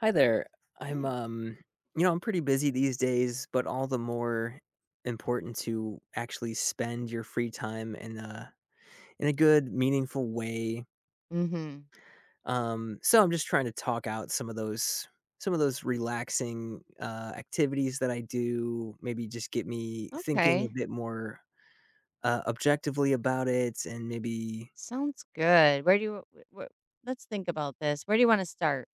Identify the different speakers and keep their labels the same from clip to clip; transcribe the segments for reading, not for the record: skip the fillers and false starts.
Speaker 1: Hi there. I'm
Speaker 2: Right.
Speaker 1: um you know, I'm pretty busy these days, but all the more important to actually spend your free time in a good, meaningful way.
Speaker 2: Mm-hmm.
Speaker 1: So I'm just trying to talk out some of those relaxing activities that I do, maybe just get me thinking a
Speaker 2: Okay.
Speaker 1: bit more objectively about it and maybe.
Speaker 2: Sounds good. Where do you? wh- wh- let's think about this. Where do you want to start?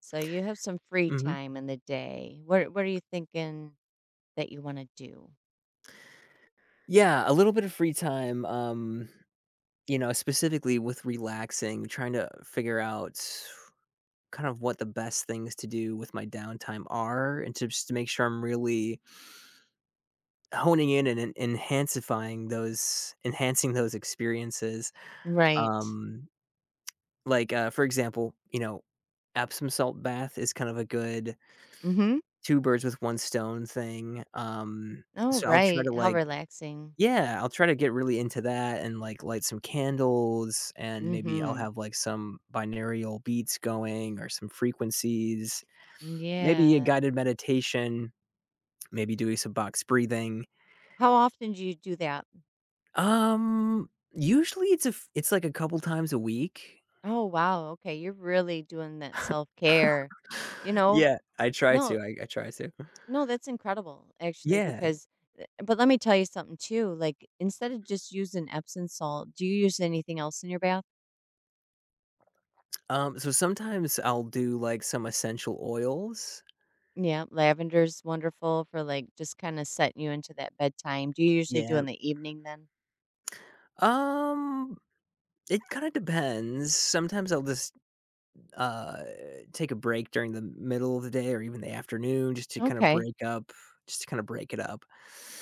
Speaker 2: So you have some free
Speaker 1: Mhm.
Speaker 2: time in the day. What are you thinking that you want to do?
Speaker 1: Yeah, a little bit of free time. You know, specifically with relaxing, trying to figure out kind of what the best things to do with my downtime are and to just to make sure I'm really honing in and en enhancifying those enhancing those experiences.
Speaker 2: Right.
Speaker 1: Um, like, for example, you know, Epsom salt bath is kind of a good
Speaker 2: Mm-hmm.
Speaker 1: two birds with one stone thing.
Speaker 2: Oh,
Speaker 1: So I'll try to
Speaker 2: right. How
Speaker 1: like
Speaker 2: relaxing.
Speaker 1: Yeah, I'll try to get really into that and, like, light some candles, and maybe I'll
Speaker 2: Mm-hmm.
Speaker 1: have, like, some binaural beats going or some frequencies, maybe a
Speaker 2: Yeah.
Speaker 1: guided meditation. Maybe doing some box breathing.
Speaker 2: How often do you do that?
Speaker 1: Usually it's a f it's like a couple times a week.
Speaker 2: Oh, wow. Okay, you're really doing that self care. You know,
Speaker 1: Yeah, I try
Speaker 2: no,
Speaker 1: to, I try to.
Speaker 2: No, that's incredible actually
Speaker 1: Yeah,
Speaker 2: because but let me tell you something too, like, instead of just using Epsom salt, do you use anything else in your bath?
Speaker 1: so sometimes I'll do, like, some essential oils.
Speaker 2: Yeah, lavender's wonderful for, like, just kinda setting you into that bedtime. Do you usually do
Speaker 1: Yeah,
Speaker 2: in the evening then?
Speaker 1: um, it kinda depends. Sometimes I'll just, uh, take a break during the middle of the day or even the afternoon just to kinda
Speaker 2: Okay.
Speaker 1: break up just to kinda break it up.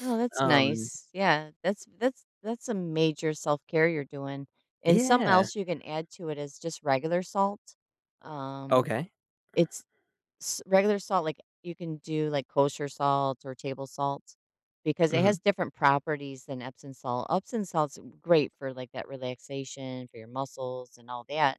Speaker 2: Oh, that's
Speaker 1: Um,
Speaker 2: nice. Yeah, that's a major self-care you're doing, and something
Speaker 1: yeah.
Speaker 2: else you can add to it is just regular salt. Um,
Speaker 1: Okay.
Speaker 2: it's S regular salt, like, you can do, like, kosher salt or table salt because it
Speaker 1: Mhm.
Speaker 2: has different properties than Epsom salt. Epsom salt's great for, like, that relaxation, for your muscles and all that,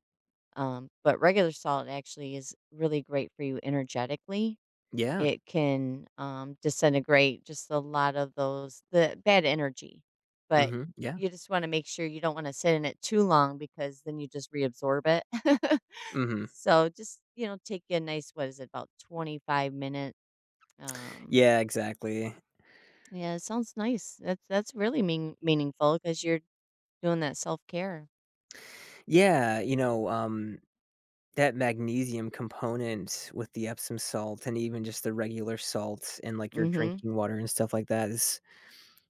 Speaker 2: but regular salt actually is really great for you energetically.
Speaker 1: Yeah.
Speaker 2: It can, disintegrate just a lot of those the bad energy, but
Speaker 1: Mhm. Yeah.
Speaker 2: you just wanna make sure you don't wanna sit in it too long because then you just reabsorb it.
Speaker 1: Mhm.
Speaker 2: So just, you know, take a nice what is it about 25 minute um
Speaker 1: Yeah, exactly.
Speaker 2: yeah, it sounds nice. That's really meaningful cuz you're doing that self-care.
Speaker 1: Yeah, you know, that magnesium component with the Epsom salt and even just the regular salt and like, your
Speaker 2: Mhm.
Speaker 1: drinking water and stuff like that is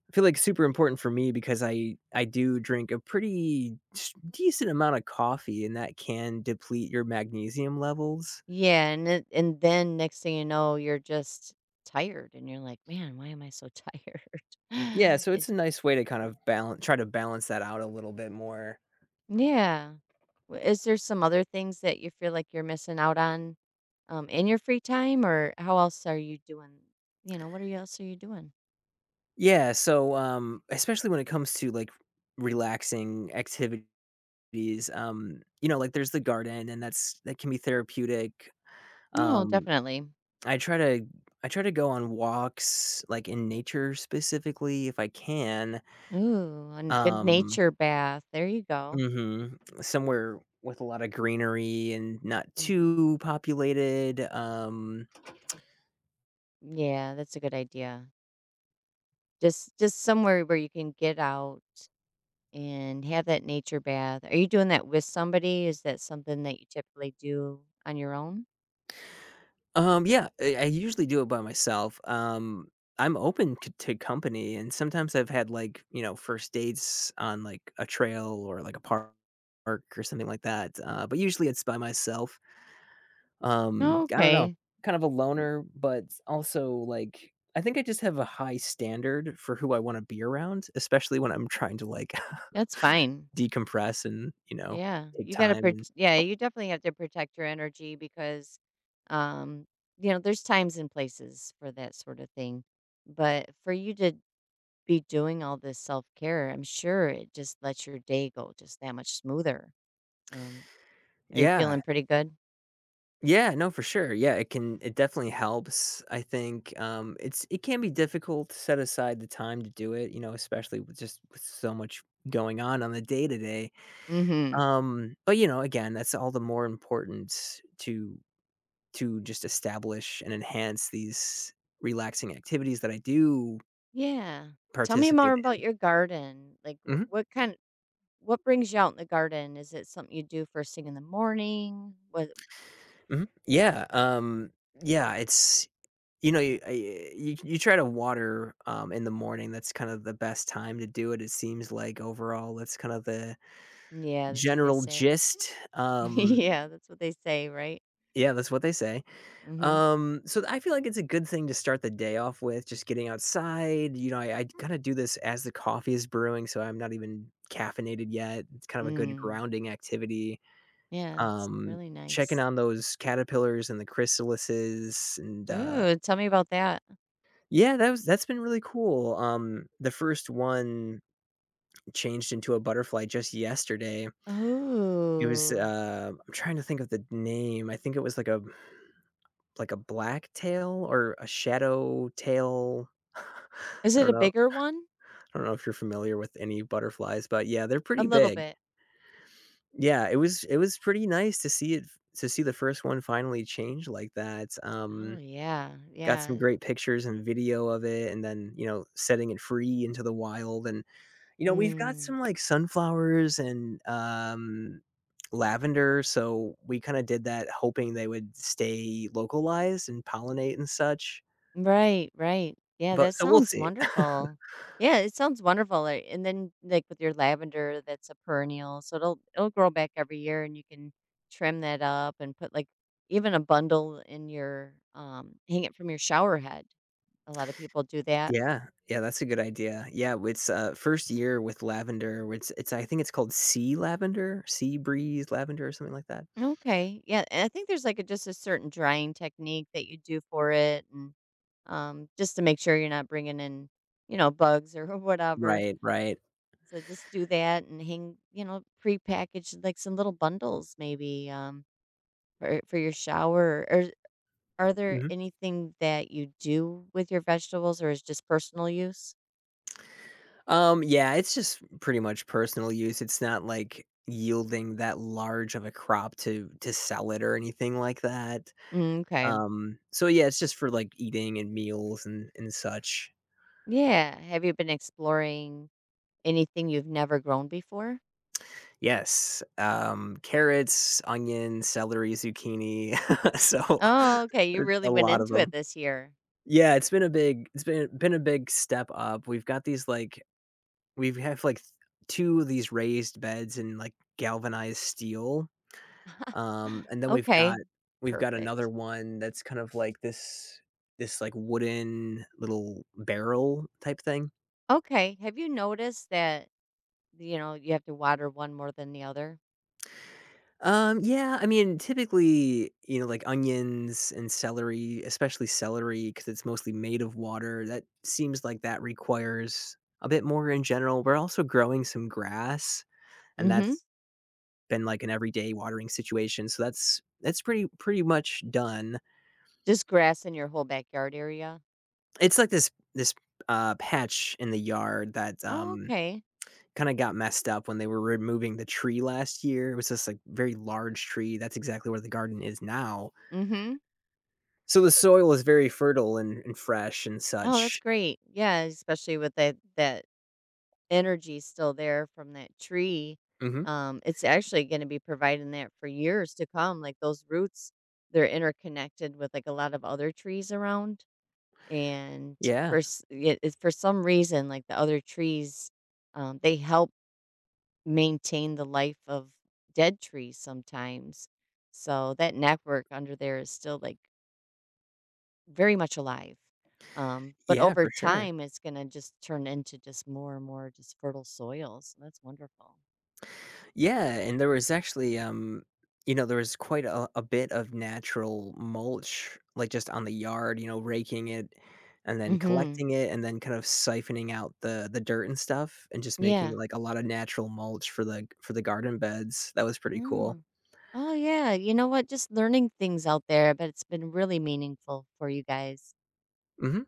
Speaker 1: I feel like super important for me because I do drink a pretty s decent amount of coffee, and that can deplete your magnesium levels.
Speaker 2: Yeah, and then next thing you know, you're just tired and you're like, "Man, why am I so tired?"
Speaker 1: Yeah, so
Speaker 2: it,
Speaker 1: it's a nice way to kind of balance, try to balance that out a little bit more.
Speaker 2: yeah. Is there some other things that you feel like you're missing out on in your free time or how else are you doing, you know, what are you else are you doing?
Speaker 1: Yeah, so, especially when it comes to, like, relaxing activi. You know, like there's the garden and that can be therapeutic.
Speaker 2: Oh,
Speaker 1: Um,
Speaker 2: definitely.
Speaker 1: I try to I try to go on walks, like, in nature specifically if I can.
Speaker 2: Ooh, and a good
Speaker 1: Um
Speaker 2: nature bath. There you go.
Speaker 1: Mhm. Somewhere with a lot of greenery and not
Speaker 2: Mhm.
Speaker 1: too populated,
Speaker 2: Yeah, that's a good idea. Just somewhere where you can get out and have that nature bath. Are you doing that with somebody? Is that something that you typically do on your own?
Speaker 1: Yeah, I usually do it by myself. I'm open c to company, and sometimes I've had, like, you know, first dates on, like, a trail or, like, a park or something like that, but usually it's by myself.
Speaker 2: Oh,
Speaker 1: I don't know,
Speaker 2: okay.
Speaker 1: kind of a loner, but also, like, I think I just have a high standard for who I wanna be around, especially when I'm trying to, like,
Speaker 2: That's fine.
Speaker 1: decompress and, you know,
Speaker 2: Yeah.
Speaker 1: take
Speaker 2: You got to
Speaker 1: time
Speaker 2: pro-
Speaker 1: and.
Speaker 2: Yeah, you definitely have to protect your energy because um you know, there's times and places for that sort of thing. But for you to be doing all this self-care, I'm sure it just lets your day go just that much smoother. Um, are you feeling
Speaker 1: Yeah.
Speaker 2: pretty good?
Speaker 1: Yeah, no, for sure. Yeah, it can it definitely helps. I think it can be difficult to set aside the time to do it, you know, especially with just with so much going on the day to day.
Speaker 2: Mhm.
Speaker 1: But you know, again, that's all the more important to just establish and enhance these relaxing activities that I do
Speaker 2: Yeah. Tell me more
Speaker 1: participate
Speaker 2: about your garden. Like
Speaker 1: in.
Speaker 2: what kind what brings you out in the garden? Is it something you do first thing in the morning? What
Speaker 1: Yeah, yeah, it's. You know, you try to water, in the morning, that's kind of the best time to do it, it seems like overall, that's kind of the
Speaker 2: Yeah, that's what they
Speaker 1: general
Speaker 2: say.
Speaker 1: gist,
Speaker 2: yeah, that's what they say, right?
Speaker 1: yeah, that's what they say,
Speaker 2: Mhm.
Speaker 1: so I feel like it's a good thing to start the day off with, just getting outside, you know, I kinda do this as the coffee is brewing, so I'm not even caffeinated yet, it's kind of a good
Speaker 2: Mm.
Speaker 1: grounding activity,
Speaker 2: Yeah, it's
Speaker 1: um,
Speaker 2: really
Speaker 1: checking
Speaker 2: nice.
Speaker 1: on those caterpillars and the chrysalises and,
Speaker 2: Ooh, tell me about that.
Speaker 1: Yeah, that was that's been really cool. The first one changed into a butterfly just yesterday. It was
Speaker 2: Oh.
Speaker 1: I'm trying to think of the name. I think it was like a black tail or a shadow tail.
Speaker 2: Is
Speaker 1: I
Speaker 2: it
Speaker 1: don't
Speaker 2: a
Speaker 1: know.
Speaker 2: bigger one?
Speaker 1: I don't know if you're familiar with any butterflies, but yeah, they're
Speaker 2: A
Speaker 1: pretty
Speaker 2: little
Speaker 1: big.
Speaker 2: bit.
Speaker 1: Yeah, it was pretty nice to see it to see the first one finally change like that.
Speaker 2: Oh, yeah.
Speaker 1: Got some
Speaker 2: Yeah.
Speaker 1: great pictures and video of it, and then you know setting it free into the wild and. You know, we've got
Speaker 2: Mm.
Speaker 1: some, like, sunflowers and, lavender, so we kinda did that hoping they would stay localized and pollinate and such,
Speaker 2: Right, right. Yeah,
Speaker 1: but
Speaker 2: that
Speaker 1: so we'll
Speaker 2: sounds
Speaker 1: see.
Speaker 2: wonderful. Yeah, it sounds wonderful. And then like with your lavender that's a perennial, so it'll grow back every year and you can trim that up and put like even a bundle in your hang it from your shower head. A lot of people do that.
Speaker 1: Yeah. Yeah, that's a good idea. Yeah, it's, 1st year with lavender, where it's I think it's called sea lavender, sea breeze lavender or something like that.
Speaker 2: Okay. Yeah, and I think there's like a just a certain drying technique that you do for it and just to make sure you're not bringing in, you know, bugs or whatever.
Speaker 1: Right, right.
Speaker 2: So just do that and hang, you know, prepackaged like some little bundles maybe for your shower or are there
Speaker 1: Mhm.
Speaker 2: anything that you do with your vegetables or is just personal use?
Speaker 1: Yeah, it's just pretty much personal use, it's not, like, yielding that large of a crop to sell it or anything like that.
Speaker 2: Mm, okay.
Speaker 1: So yeah, it's just for like eating and meals and such.
Speaker 2: Yeah, have you been exploring anything you've never grown before?
Speaker 1: Yes, carrots, onion, celery, zucchini, so
Speaker 2: Oh, okay,
Speaker 1: a
Speaker 2: you
Speaker 1: a
Speaker 2: really went
Speaker 1: lot of
Speaker 2: into it
Speaker 1: them.
Speaker 2: this year.
Speaker 1: Yeah, it's been a big it's been a big step up. We've got these like we have like th- two of these raised beds in like galvanized steel, and then
Speaker 2: okay.
Speaker 1: we've got another
Speaker 2: Perfect.
Speaker 1: one that's kind of like this like wooden little barrel type thing.
Speaker 2: Okay, have you noticed that you know, you have to water one more than the other?
Speaker 1: Yeah, I mean, typically, you know, like onions and celery, especially celery, because it's mostly made of water, that seems like that requires a bit more in general. We're also growing some grass, and
Speaker 2: Mhm.
Speaker 1: that's been like an everyday watering situation. So that's pretty much done.
Speaker 2: Just grass in your whole backyard area?
Speaker 1: It's like this patch in the yard that
Speaker 2: Oh, okay.
Speaker 1: kind of got messed up when they were removing the tree last year. It was just like very large tree. That's exactly where the garden is now.
Speaker 2: Mhm.
Speaker 1: So the soil is very fertile and fresh and
Speaker 2: Oh, that's
Speaker 1: such.
Speaker 2: great. Yeah, especially with that energy still there from that tree.
Speaker 1: Mhm.
Speaker 2: It's actually going to be providing that for years to come. Like those roots, they're interconnected with like a lot of other trees around, and
Speaker 1: Yeah.
Speaker 2: it's for some reason, like the other trees, they help maintain the life of dead trees sometimes. So that network under there is still like very much alive. But
Speaker 1: Yeah,
Speaker 2: over
Speaker 1: for sure.
Speaker 2: time, it's going to just turn into just more and more just fertile soils. That's wonderful.
Speaker 1: Yeah, and there was actually, you know, there was quite a bit of natural mulch, like, just on the yard, you know, raking it and then
Speaker 2: Hmm
Speaker 1: collecting it and then kind of siphoning out the dirt and stuff and just making,
Speaker 2: Yeah.
Speaker 1: like, a lot of natural mulch for the garden beds. That was pretty cool.
Speaker 2: Mm. Oh, yeah. You know what? Just learning things out there, but it's been really meaningful for you guys.
Speaker 1: Mhm.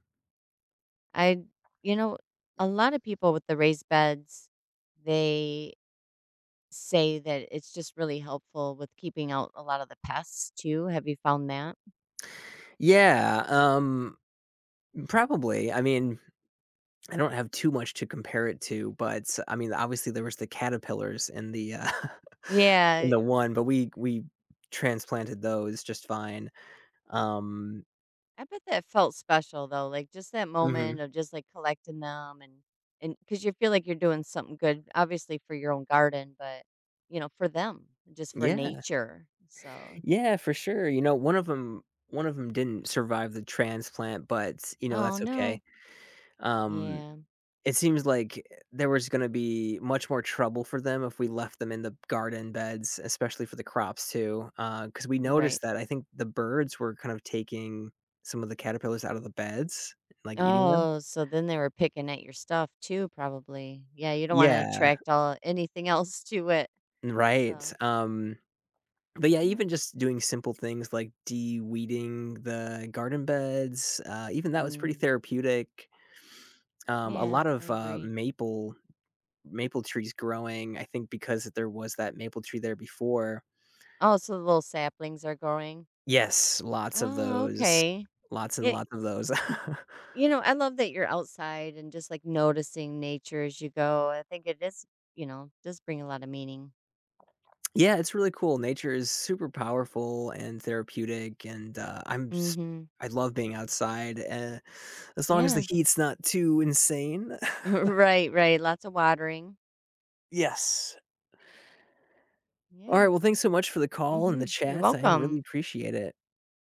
Speaker 2: I, you know, a lot of people with the raised beds, they say that it's just really helpful with keeping out a lot of the pests too. Have you found that?
Speaker 1: Yeah, probably. I mean I don't have too much to compare it to, but, I mean, obviously, there was the caterpillars in the, in
Speaker 2: Yeah.
Speaker 1: the one, but we transplanted those just fine. Um
Speaker 2: I bet that felt special though, like, just that
Speaker 1: Mhm.
Speaker 2: moment of just, like, collecting them and because you feel like you're doing something good, obviously, for your own garden, but, you know, for them, just for
Speaker 1: Yeah.
Speaker 2: nature, so
Speaker 1: Yeah, for sure, you know, one of them 'em didn't survive the transplant, but, you know,
Speaker 2: Oh,
Speaker 1: that's okay.
Speaker 2: no.
Speaker 1: Um.
Speaker 2: Yeah,
Speaker 1: It seems like there was gonna be much more trouble for them if we left them in the garden beds, especially for the crops too, because we noticed
Speaker 2: right.
Speaker 1: that I think the birds were kind of taking some of the caterpillars out of the beds, like, eating them.
Speaker 2: Oh, so then they were picking at your stuff too, probably. Yeah, you don't wanna
Speaker 1: Yeah,
Speaker 2: attract all anything else to it,
Speaker 1: right,
Speaker 2: so
Speaker 1: but yeah,
Speaker 2: yeah.
Speaker 1: even just doing simple things like de-weeding the garden beds, even that was pretty
Speaker 2: Mm,
Speaker 1: therapeutic. A
Speaker 2: yeah,
Speaker 1: lot
Speaker 2: I
Speaker 1: of,
Speaker 2: agree.
Speaker 1: maple trees growing, I think because there was that maple tree there before.
Speaker 2: Oh, so the little saplings are growing.
Speaker 1: Yes, lots of
Speaker 2: Oh,
Speaker 1: those.
Speaker 2: okay.
Speaker 1: Lots and
Speaker 2: Yeah
Speaker 1: lots of those.
Speaker 2: You know, I love that you're outside and just like noticing nature as you go. I think it is, you know, does bring a lot of meaning.
Speaker 1: Yeah, it's really cool. Nature is super powerful and therapeutic, and,
Speaker 2: Mhm.
Speaker 1: I love being outside, as long as the
Speaker 2: Yeah.
Speaker 1: heat's not too insane.
Speaker 2: right, right. Lots of watering.
Speaker 1: Yes.
Speaker 2: Yeah.
Speaker 1: Alright, well, thanks so much for the call and the
Speaker 2: Mhm. You're
Speaker 1: chat. I really
Speaker 2: welcome.
Speaker 1: appreciate it.